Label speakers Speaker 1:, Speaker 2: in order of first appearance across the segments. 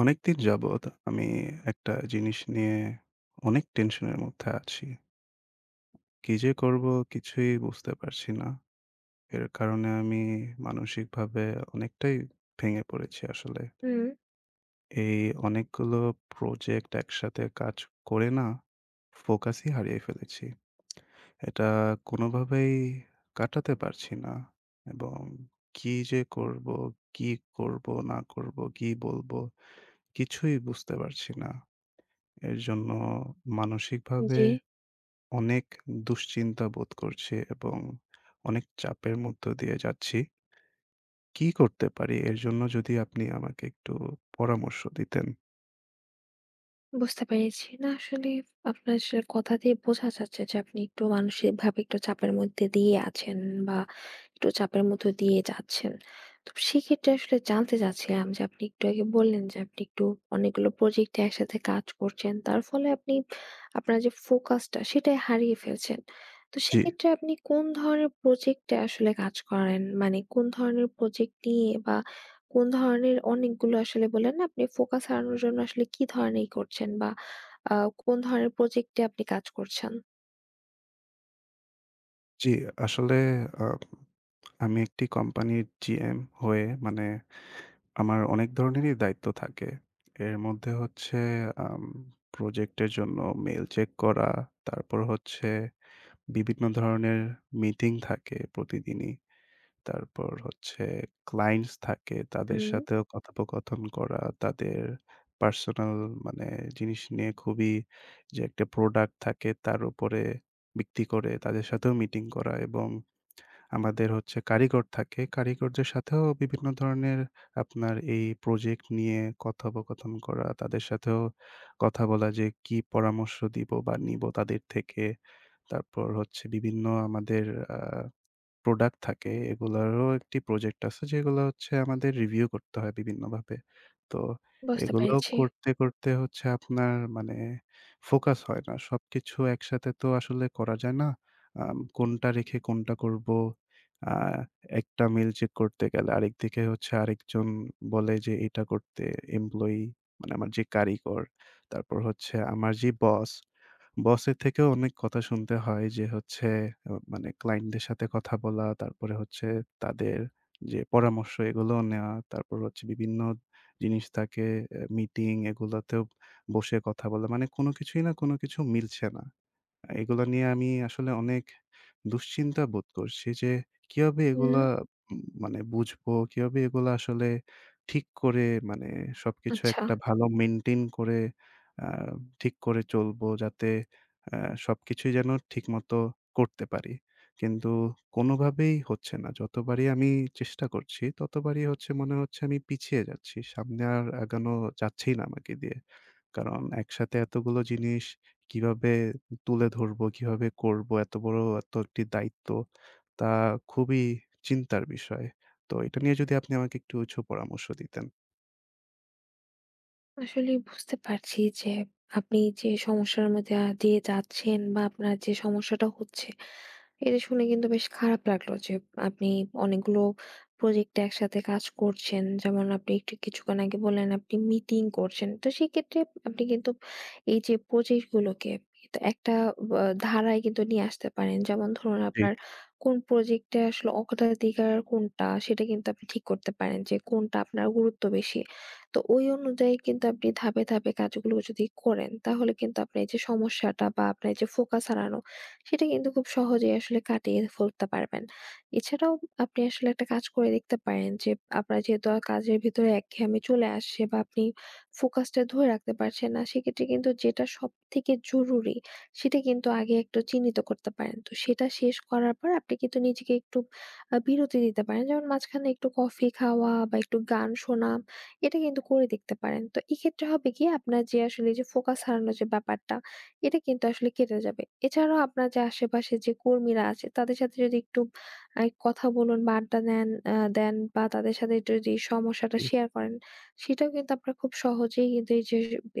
Speaker 1: অনেকদিন যাবৎ আমি একটা জিনিস নিয়ে অনেক টেনশনের মধ্যে আছি। কি যে করব কিছুই বুঝতে পারছি না। এর কারণে আমি মানসিকভাবে অনেকটাই ভেঙে পড়েছি আসলে।
Speaker 2: হুম,
Speaker 1: এই অনেকগুলো প্রজেক্ট একসাথে কাজ করে না ফোকাসই হারিয়ে ফেলেছি। এটা কোনোভাবেই কাটাতে পারছি না এবং কি যে করব, কি করব না করব, কি বলব কিছুই বুঝতে পারছি না। এর জন্য মানসিকভাবে
Speaker 2: জি।
Speaker 1: অনেক দুশ্চিন্তা বোধ করছি এবং অনেক চাপের মধ্য দিয়ে যাচ্ছি। কি করতে পারি এর জন্য যদি আপনি আমাকে একটু পরামর্শ দিতেন?
Speaker 2: বুঝতে পেরেছি। না আসলে আপনার কথা দিয়ে বোঝা যাচ্ছে যে আপনি একটু মানসিকভাবে একটু চাপের মধ্যে দিয়ে আছেন বা একটু চাপের মধ্য দিয়ে যাচ্ছেন। তো সেক্ষেত্রে আসলে জানতে চাচ্ছিলাম যে আপনি একটু আগে বললেন যে আপনি একটু অনেকগুলো প্রজেক্টে একসাথে কাজ করছেন। তার ফলে আপনি আপনার যে ফোকাসটা সেটাই হারিয়ে ফেলছেন। তো
Speaker 1: জি,
Speaker 2: সেক্ষেত্রে আপনি কোন ধরনের প্রজেক্টে আসলে কাজ করেন? মানে কোন ধরনের প্রজেক্ট নিয়ে বা কোন ধরনের অনেকগুলো আসলে বললেন না আপনি ফোকাস হারানোর জন্য আসলে কি ধরনের করছেন বা আ কোন ধরনের প্রজেক্টে আপনি কাজ করছেন?
Speaker 1: জি। আসলে আ আমি একটি কোম্পানির GM হয়ে মানে আমার অনেক ধরনেরই দায়িত্ব থাকে। এর মধ্যে হচ্ছে আম প্রজেক্টের জন্য মেইল চেক করা, তারপর হচ্ছে বিভিন্ন ধরনের মিটিং থাকে প্রতিদিনই। তারপর হচ্ছে ক্লায়েন্টস থাকে, তাদের
Speaker 2: হুম।
Speaker 1: সাথেও কথোপকথন করা, তাদের পার্সোনাল মানে জিনিস নিয়ে খুবই, যে একটা প্রোডাক্ট থাকে তার উপরে ভিত্তি করে তাদের সাথেও মিটিং করা। এবং আমাদের হচ্ছে কারিগর থাকে। কারিগরদের সাথেও বিভিন্ন ধরনের আপনার এই প্রজেক্ট নিয়ে কথোপকথন করা, তাদের সাথেও কথা বলা যে কি পরামর্শ দিব বা নিব তাদের থেকে। তারপর হচ্ছে বিভিন্ন আমাদের আ প্রোডাক্ট থাকে, এগুলারও একটি প্রজেক্ট আছে যেগুলো হচ্ছে আমাদের রিভিউ করতে হয় বিভিন্নভাবে। তো
Speaker 2: বুঝতে
Speaker 1: এগুলো
Speaker 2: পেরেছি।
Speaker 1: করতে, করতে হচ্ছে আপনার মানে ফোকাস হয় না। সবকিছু একসাথে তো আসলে করা যায় না। কোনটা রেখে কোনটা করব। আ একটা মেইল চেক করতে গেলে আরেকদিকে হচ্ছে আরেকজন বলে যে এটা করতে, এমপ্লয়ি মানে আমার যে কারিগর, তারপর হচ্ছে আমার যে বস, বসের থেকেও অনেক কথা শুনতে হয়। যে হচ্ছে মানে ক্লায়েন্টদের সাথে কথা বলা, তারপরে হচ্ছে তাদের যে পরামর্শ এগুলোও নেওয়া। তারপর হচ্ছে বিভিন্ন জিনিস থাকে, মিটিং, এগুলাতেও বসে কথা বলা। মানে কোনো কিছুই না, কোনো কিছু মিলছে না। এগুলা নিয়ে আমি আসলে অনেক দুশ্চিন্তা বোধ করছি যে কিভাবে
Speaker 2: হুম,
Speaker 1: এগুলা, মানে বুঝবো? কিভাবে এগুলা আসলে ঠিক করে, মানে সবকিছু
Speaker 2: আচ্ছা।
Speaker 1: একটা ভালো মেইনটেইন করে আ ঠিক করে চলবো যাতে আ সবকিছুই যেন ঠিকমতো করতে পারি। কিন্তু কোনোভাবেই হচ্ছে না। যতবারই আমি চেষ্টা করছি ততবারই হচ্ছে, মনে হচ্ছে আমি পিছিয়ে যাচ্ছি। সামনে আর আগানো যাচ্ছেই না আমাকে দিয়ে। কারণ একসাথে এতগুলো জিনিস কিভাবে তুলে ধরবো, কিভাবে করবো, এত বড় এত একটি দায়িত্ব, তা খুবই চিন্তার বিষয়। তো এটা নিয়ে যদি আপনি আমাকে একটু উঁচু পরামর্শ দিতেন।
Speaker 2: আসলেই বুঝতে পারছি যে আপনি যে সমস্যার মধ্যে দিয়ে যাচ্ছেন বা আপনার যে সমস্যাটা হচ্ছে, এটা শুনে কিন্তু বেশ খারাপ লাগলো যে আপনি অনেকগুলো প্রজেক্টে একসাথে কাজ করছেন। যেমন আপনি একটু কিছুক্ষণ আগে বললেন আপনি মিটিং করছেন। তো সেক্ষেত্রে আপনি কিন্তু এই যে প্রজেক্টগুলোকে কিন্তু একটা ধারায় কিন্তু নিয়ে আসতে পারেন। যেমন ধরুন
Speaker 1: জি,
Speaker 2: আপনার কোন প্রজেক্টে আসলে অগ্রাধিকার কোনটা সেটা কিন্তু আপনি ঠিক করতে পারেন যে কোনটা আপনার গুরুত্ব বেশি। তো ওই অনুযায়ী কিন্তু আপনি ধাপে, ধাপে কাজগুলো যদি করেন তাহলে কিন্তু আপনার এই যে সমস্যাটা বা আপনার যে ফোকাস হারানো সেটা কিন্তু খুব সহজেই আসলে কাটিয়ে ফেলতে পারবেন। এছাড়াও আপনি আসলে একটা কাজ করে দেখতে পারেন যে আপনার যেহেতু আর কাজের ভিতরে একঘেয়েমি চলে আসছে বা আপনি ফোকাসটা ধরে রাখতে পারছেন না, সেক্ষেত্রে কিন্তু যেটা সবথেকে জরুরি সেটা কিন্তু আগে একটু চিহ্নিত করতে পারেন। তো সেটা শেষ করার পর আপনি কিন্তু নিজেকে একটু বিরতি দিতে পারেন। যেমন মাঝখানে একটু কফি খাওয়া বা একটু গান শোনা, এটা কিন্তু করে দেখতে পারেন। তো এক্ষেত্রে হবে কি, আপনার যে আসলে যে ফোকাস হারানোর যে ব্যাপারটা, এটা কিন্তু আসলে কেটে যাবে। এছাড়াও আপনার যে আশেপাশে যে কর্মীরা আছে তাদের সাথে যদি একটু কথা বলুন বা আড্ডা নেন আ দেন বা তাদের সাথে একটু যদি সমস্যাটা
Speaker 1: জি।
Speaker 2: শেয়ার করেন, সেটাও কিন্তু আপনার খুব সহজেই কিন্তু এই যে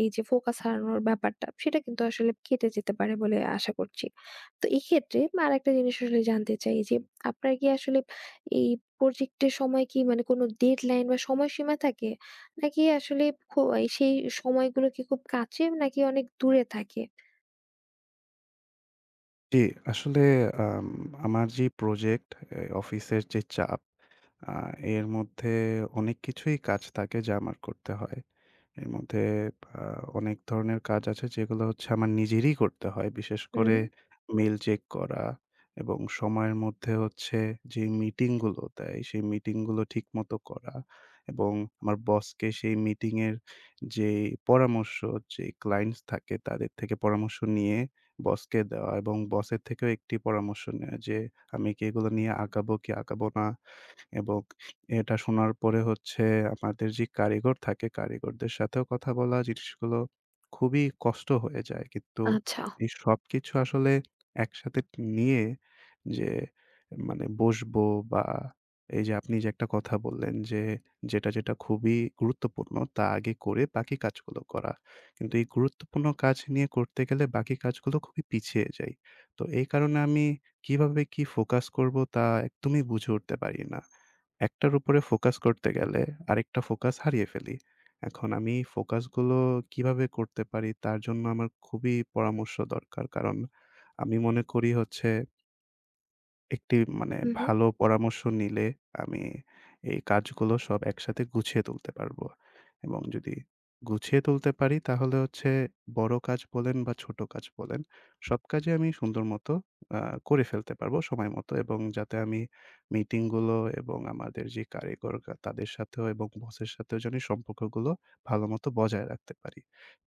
Speaker 2: এই যে ফোকাস হারানোর ব্যাপারটা সেটা কিন্তু আসলে কেটে যেতে পারে বলে আশা করছি। তো এক্ষেত্রে আরেকটা জিনিস আসলে জানতে চাই যে, আপনার কি আসলে এই প্রজেক্টের সময় কি, মানে কোনো ডেডলাইন বা সময়সীমা থাকে? নাকি আসলে এই সেই সময়গুলো কি খুব কাছে নাকি অনেক দূরে থাকে?
Speaker 1: জি, আসলে আম আমার যে প্রজেক্ট, এ অফিসের যে চাপ, আ এর মধ্যে অনেক কিছুই কাজ থাকে যা আমার করতে হয়। এর মধ্যে আ অনেক ধরনের কাজ আছে যেগুলো হচ্ছে আমার নিজেরই করতে হয়। বিশেষ করে
Speaker 2: হুম,
Speaker 1: মেইল চেক করা এবং সময়ের মধ্যে হচ্ছে যে মিটিংগুলো দেয়, সেই মিটিংগুলো ঠিকমতো করা, এবং আমার বসকে সেই মিটিংয়ের যে পরামর্শ, যে ক্লায়েন্টস থাকে তাদের থেকে পরামর্শ নিয়ে বসকে দেওয়া, এবং বসের থেকেও একটি পরামর্শ নেওয়া যে আমি কি এগুলো নিয়ে আগাবো কি আগাবো না? এবং এটা শোনার পরে হচ্ছে আমাদের যে কারিগর থাকে, কারিগরদের সাথেও কথা বলা, জিনিসগুলো খুবই কষ্ট হয়ে যায়। কিন্তু
Speaker 2: আচ্ছা।
Speaker 1: এই সবকিছু আসলে একসাথে নিয়ে যে মানে বসবো, বা এই যে আপনি যে একটা কথা বললেন যে, যেটা খুবই গুরুত্বপূর্ণ তা আগে করে বাকি কাজগুলো করা। কিন্তু এই গুরুত্বপূর্ণ কাজ নিয়ে করতে গেলে বাকি কাজগুলো খুবই পিছিয়ে যাই। তো এই কারণে আমি কিভাবে কি ফোকাস করব তা একদমই বুঝে উঠতে পারি না। একটার উপরে ফোকাস করতে গেলে আরেকটা ফোকাস হারিয়ে ফেলি। এখন আমি ফোকাসগুলো কিভাবে করতে পারি তার জন্য আমার খুবই পরামর্শ দরকার। কারণ আমি মনে করি হচ্ছে, একটি মানে
Speaker 2: হুম।
Speaker 1: ভালো পরামর্শ নিলে আমি এই কাজগুলো সব একসাথে গুছিয়ে তুলতে পারবো। এবং যদি গুছিয়ে তুলতে পারি তাহলে হচ্ছে বড় কাজ বলেন বা ছোট কাজ বলেন, সব কাজই আমি সুন্দর মতো আ করে ফেলতে পারবো সময় মতো, এবং যাতে আমি মিটিংগুলো এবং আমাদের যে কারিগর, তাদের সাথেও এবং বসের সাথেও যেন এই সম্পর্কগুলো ভালোমতো বজায় রাখতে পারি।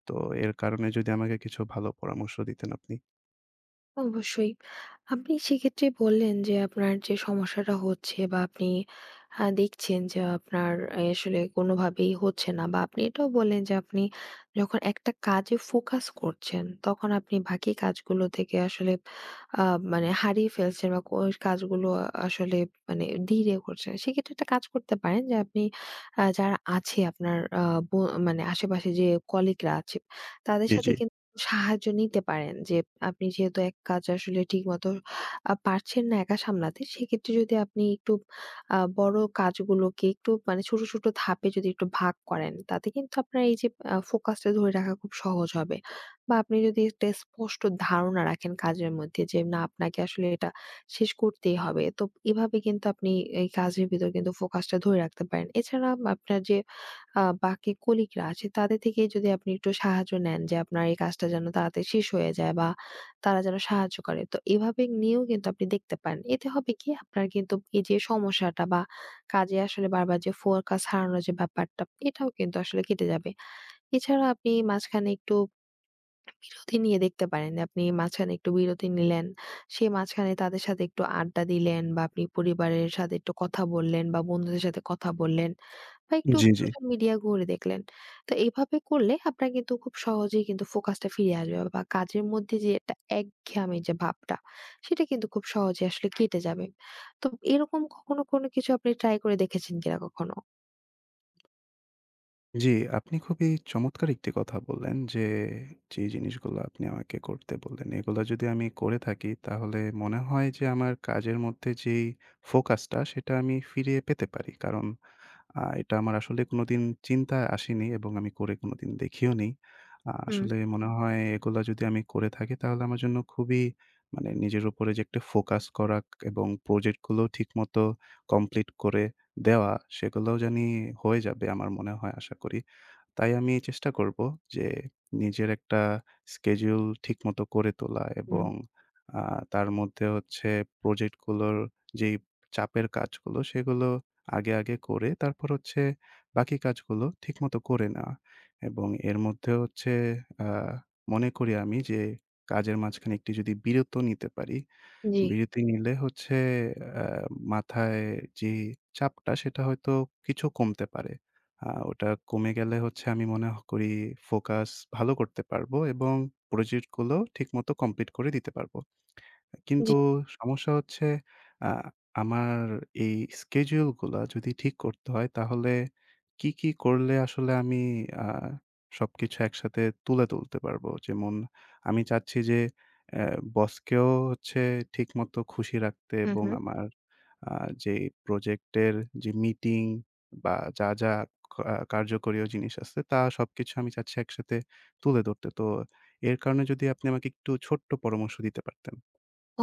Speaker 1: তো এর কারণে যদি আমাকে কিছু ভালো পরামর্শ দিতেন আপনি।
Speaker 2: অবশ্যই। আপনি সেক্ষেত্রে বললেন যে আপনার যে সমস্যাটা হচ্ছে বা আপনি দেখছেন যে আপনার আসলে কোনোভাবেই হচ্ছে না, বা আপনি এটাও বললেন যে আপনি যখন একটা কাজে ফোকাস করছেন, তখন আপনি বাকি কাজগুলো থেকে আসলে আ মানে হারিয়ে ফেলছেন বা কাজগুলো আসলে মানে ধীরে করছেন। সেক্ষেত্রে একটা কাজ করতে পারেন যে আপনি যারা আছে আপনার ব মানে আশেপাশে যে কলিগরা আছে, তাদের
Speaker 1: জি,
Speaker 2: সাথে
Speaker 1: জি।
Speaker 2: সাহায্য নিতে পারেন যে আপনি যেহেতু এক কাজ আসলে ঠিকমতো পারছেন না একা সামলাতে, সেক্ষেত্রে যদি আপনি একটু বড় কাজগুলোকে একটু মানে ছোট, ছোট ধাপে যদি একটু ভাগ করেন, তাতে কিন্তু আপনার এই যে ফোকাসটা ধরে রাখা খুব সহজ হবে। বা আপনি যদি একটা স্পষ্ট ধারণা রাখেন কাজের মধ্যে যে না, আপনাকে আসলে এটা শেষ করতেই হবে। তো এভাবে কিন্তু আপনি এই কাজের ভিতর কিন্তু ফোকাসটা ধরে রাখতে পারেন। এছাড়া আপনার যে বাকি কলিগরা আছে তাদের থেকে যদি আপনি একটু সাহায্য নেন যে আপনার এই কাজটা যেন তাড়াতাড়ি শেষ হয়ে যায় বা তারা যেন সাহায্য করে। তো এভাবে নিয়েও কিন্তু আপনি দেখতে পারেন। এতে হবে কি, আপনার কিন্তু এই যে সমস্যাটা বা কাজে আসলে বারবার যে ফোকাস হারানোর যে ব্যাপারটা, এটাও কিন্তু আসলে কেটে যাবে। এছাড়া আপনি মাঝখানে একটু বিরতি নিয়ে দেখতে পারেন। আপনি মাঝখানে একটু বিরতি নিলেন। সেই মাঝখানে তাদের সাথে একটু আড্ডা দিলেন বা আপনি পরিবারের সাথে একটু কথা বললেন বা বন্ধুদের সাথে কথা বললেন। বা একটু
Speaker 1: জি, জি।
Speaker 2: সোশ্যাল মিডিয়া ঘুরে দেখলেন। তো এভাবে করলে আপনার কিন্তু খুব সহজেই কিন্তু ফোকাসটা ফিরে আসবে বা কাজের মধ্যে যে একটা একঘেয়ামি যে ভাবটা, সেটা কিন্তু খুব সহজে আসলে কেটে যাবে। তো এরকম কখনো কোনো কিছু আপনি ট্রাই করে দেখেছেন কিনা কখনো?
Speaker 1: জি, আপনি খুবই চমৎকার একটি কথা বললেন যে, যে জিনিসগুলো আপনি আমাকে করতে বললেন, এগুলো যদি আমি করে থাকি তাহলে মনে হয় যে আমার কাজের মধ্যে যেই ফোকাসটা সেটা আমি ফিরিয়ে পেতে পারি। কারণ এটা আমার আসলে কোনোদিন চিন্তায় আসেনি এবং আমি করে কোনোদিন দেখিও নি।
Speaker 2: হুম,
Speaker 1: আসলে মনে হয় এগুলা যদি আমি করে থাকি তাহলে আমার জন্য খুবই, মানে নিজের উপরে যে একটা ফোকাস করা এবং প্রজেক্ট গুলো ঠিকমতো কমপ্লিট করে দেওয়া, সেগুলোও জানি হয়ে যাবে, আমার মনে হয়, আশা করি। তাই আমি চেষ্টা করব যে নিজের একটা schedule ঠিকমতো করে তোলা,
Speaker 2: হুম।
Speaker 1: এবং আ তার মধ্যে হচ্ছে প্রজেক্ট গুলোর যেই চাপের কাজগুলো সেগুলো আগে, আগে করে তারপর হচ্ছে বাকি কাজগুলো ঠিকমতো করে নেওয়া, এবং এর মধ্যে হচ্ছে আ মনে করি আমি যে কাজের মাঝখানে একটি যদি বিরত নিতে পারি,
Speaker 2: জি।
Speaker 1: বিরতি নিলে হচ্ছে অ্যা মাথায় যে চাপটা সেটা হয়তো কিছু কমতে পারে। ওটা কমে গেলে হচ্ছে আমি মনে করি ফোকাস ভালো করতে পারবো এবং প্রজেক্টগুলো ঠিকমতো কমপ্লিট করে দিতে পারবো। কিন্তু
Speaker 2: জি।
Speaker 1: সমস্যা হচ্ছে আ আমার এই schedule গুলা যদি ঠিক করতে হয় তাহলে কি করলে আসলে আমি আ সবকিছু একসাথে তুলে তুলতে পারবো? যেমন আমি চাচ্ছি যে অ্যা বসকেও হচ্ছে ঠিকমতো খুশি রাখতে,
Speaker 2: হু,
Speaker 1: এবং
Speaker 2: হু।
Speaker 1: আমার আ যে প্রজেক্টের যে মিটিং বা যা কার্যকরীয় জিনিস আছে তা সবকিছু আমি চাচ্ছি একসাথে তুলে ধরতে। তো এর কারণে যদি আপনি আমাকে একটু ছোট্ট পরামর্শ দিতে পারতেন।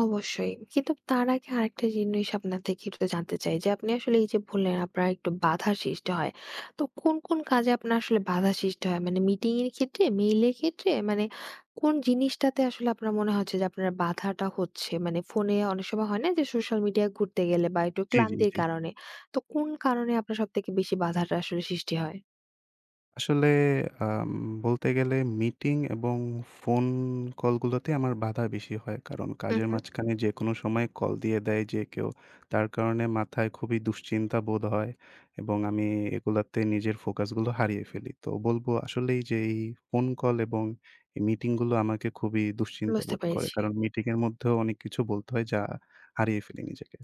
Speaker 2: অবশ্যই। কিন্তু তার আগে আরেকটা জিনিস আপনার থেকে একটু জানতে চাই যে, আপনি আসলে এই যে বললেন আপনার একটু বাধা সৃষ্টি হয়। তো কোন, কোন কাজে আপনার আসলে বাধা সৃষ্টি হয়? মানে মিটিং এর ক্ষেত্রে, মেইলের ক্ষেত্রে? মানে কোন জিনিসটাতে আসলে আপনার মনে হচ্ছে যে আপনার বাধাটা হচ্ছে? মানে ফোনে অনেক সময় হয় না যে সোশ্যাল মিডিয়ায় ঘুরতে গেলে বা একটু
Speaker 1: জি, জি,
Speaker 2: ক্লান্তির
Speaker 1: জি।
Speaker 2: কারণে। তো কোন কারণে আপনার সবথেকে বেশি বাধাটা আসলে সৃষ্টি হয়?
Speaker 1: আসলে আম বলতে গেলে মিটিং এবং ফোন কলগুলোতে আমার বাধা বেশি হয়। কারণ
Speaker 2: হু,
Speaker 1: কাজের
Speaker 2: হু।
Speaker 1: মাঝখানে যেকোনো সময় কল দিয়ে দেয় যে কেউ। তার কারণে মাথায় খুবই দুশ্চিন্তা বোধ হয় এবং আমি এগুলাতে নিজের ফোকাসগুলো হারিয়ে ফেলি। তো বলব আসলেই যে এই ফোন কল এবং এই মিটিংগুলো আমাকে খুবই দুশ্চিন্তা
Speaker 2: বুঝতে
Speaker 1: বোধ করে।
Speaker 2: পেরেছি।
Speaker 1: কারণ মিটিংয়ের মধ্যেও অনেক কিছু বলতে হয় যা হারিয়ে ফেলি নিজেকে।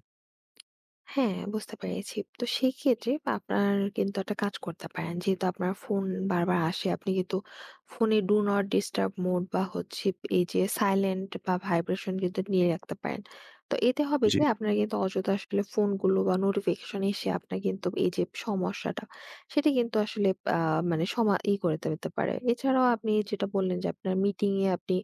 Speaker 2: হ্যাঁ, বুঝতে পেরেছি। তো সেই ক্ষেত্রে আপনার কিন্তু একটা কাজ করতে পারেন। যেহেতু আপনার ফোন বারবার আসে, আপনি কিন্তু ফোনে ডু নট ডিস্টার্ব মোড বা হচ্ছে এই যে সাইলেন্ট বা ভাইব্রেশন কিন্তু নিয়ে রাখতে পারেন। তো এতে হবে
Speaker 1: জি।
Speaker 2: কি, আপনার কিন্তু অযথা আসলে ফোনগুলো বা নোটিফিকেশন এসে আপনার কিন্তু এই যে সমস্যাটা, সেটা কিন্তু আসলে আ মানে সমা ই করে দিতে পারে। এছাড়াও আপনি যেটা বললেন যে আপনার মিটিং এ আপনি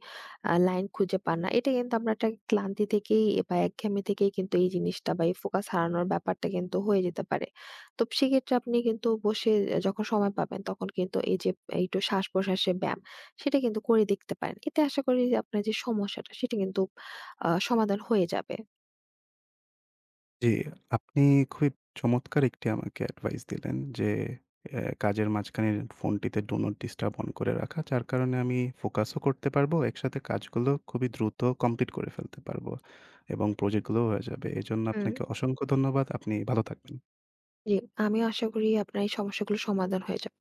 Speaker 2: লাইন খুঁজে পান না। এটা কিন্তু আমরা একটা ক্লান্তি থেকেই বা একঘেয়েমি থেকেই কিন্তু এই জিনিসটা বা এই ফোকাস হারানোর ব্যাপারটা কিন্তু হয়ে যেতে পারে। তো সেক্ষেত্রে আপনি কিন্তু বসে যখন সময় পাবেন তখন কিন্তু এই যে একটু শ্বাস-প্রশ্বাসের ব্যায়াম, সেটা কিন্তু করে দেখতে পারেন। এতে আশা করি যে আপনার যে সমস্যাটা সেটা কিন্তু সমাধান হয়ে যাবে।
Speaker 1: জি, আপনি খুবই চমৎকার একটি আমাকে অ্যাডভাইস দিলেন যে কাজের মাঝখানে ফোনটিতে ডু নট ডিস্টার্ব অন করে রাখা। যার কারণে আমি ফোকাসও করতে পারবো, একসাথে কাজগুলো খুবই দ্রুত কমপ্লিট করে ফেলতে পারবো এবং প্রজেক্টগুলোও হয়ে যাবে। এজন্য
Speaker 2: হুম।
Speaker 1: আপনাকে অসংখ্য ধন্যবাদ। আপনি ভালো থাকবেন।
Speaker 2: জি, আমিও আশা করি আপনার এই সমস্যাগুলো সমাধান হয়ে যাবে।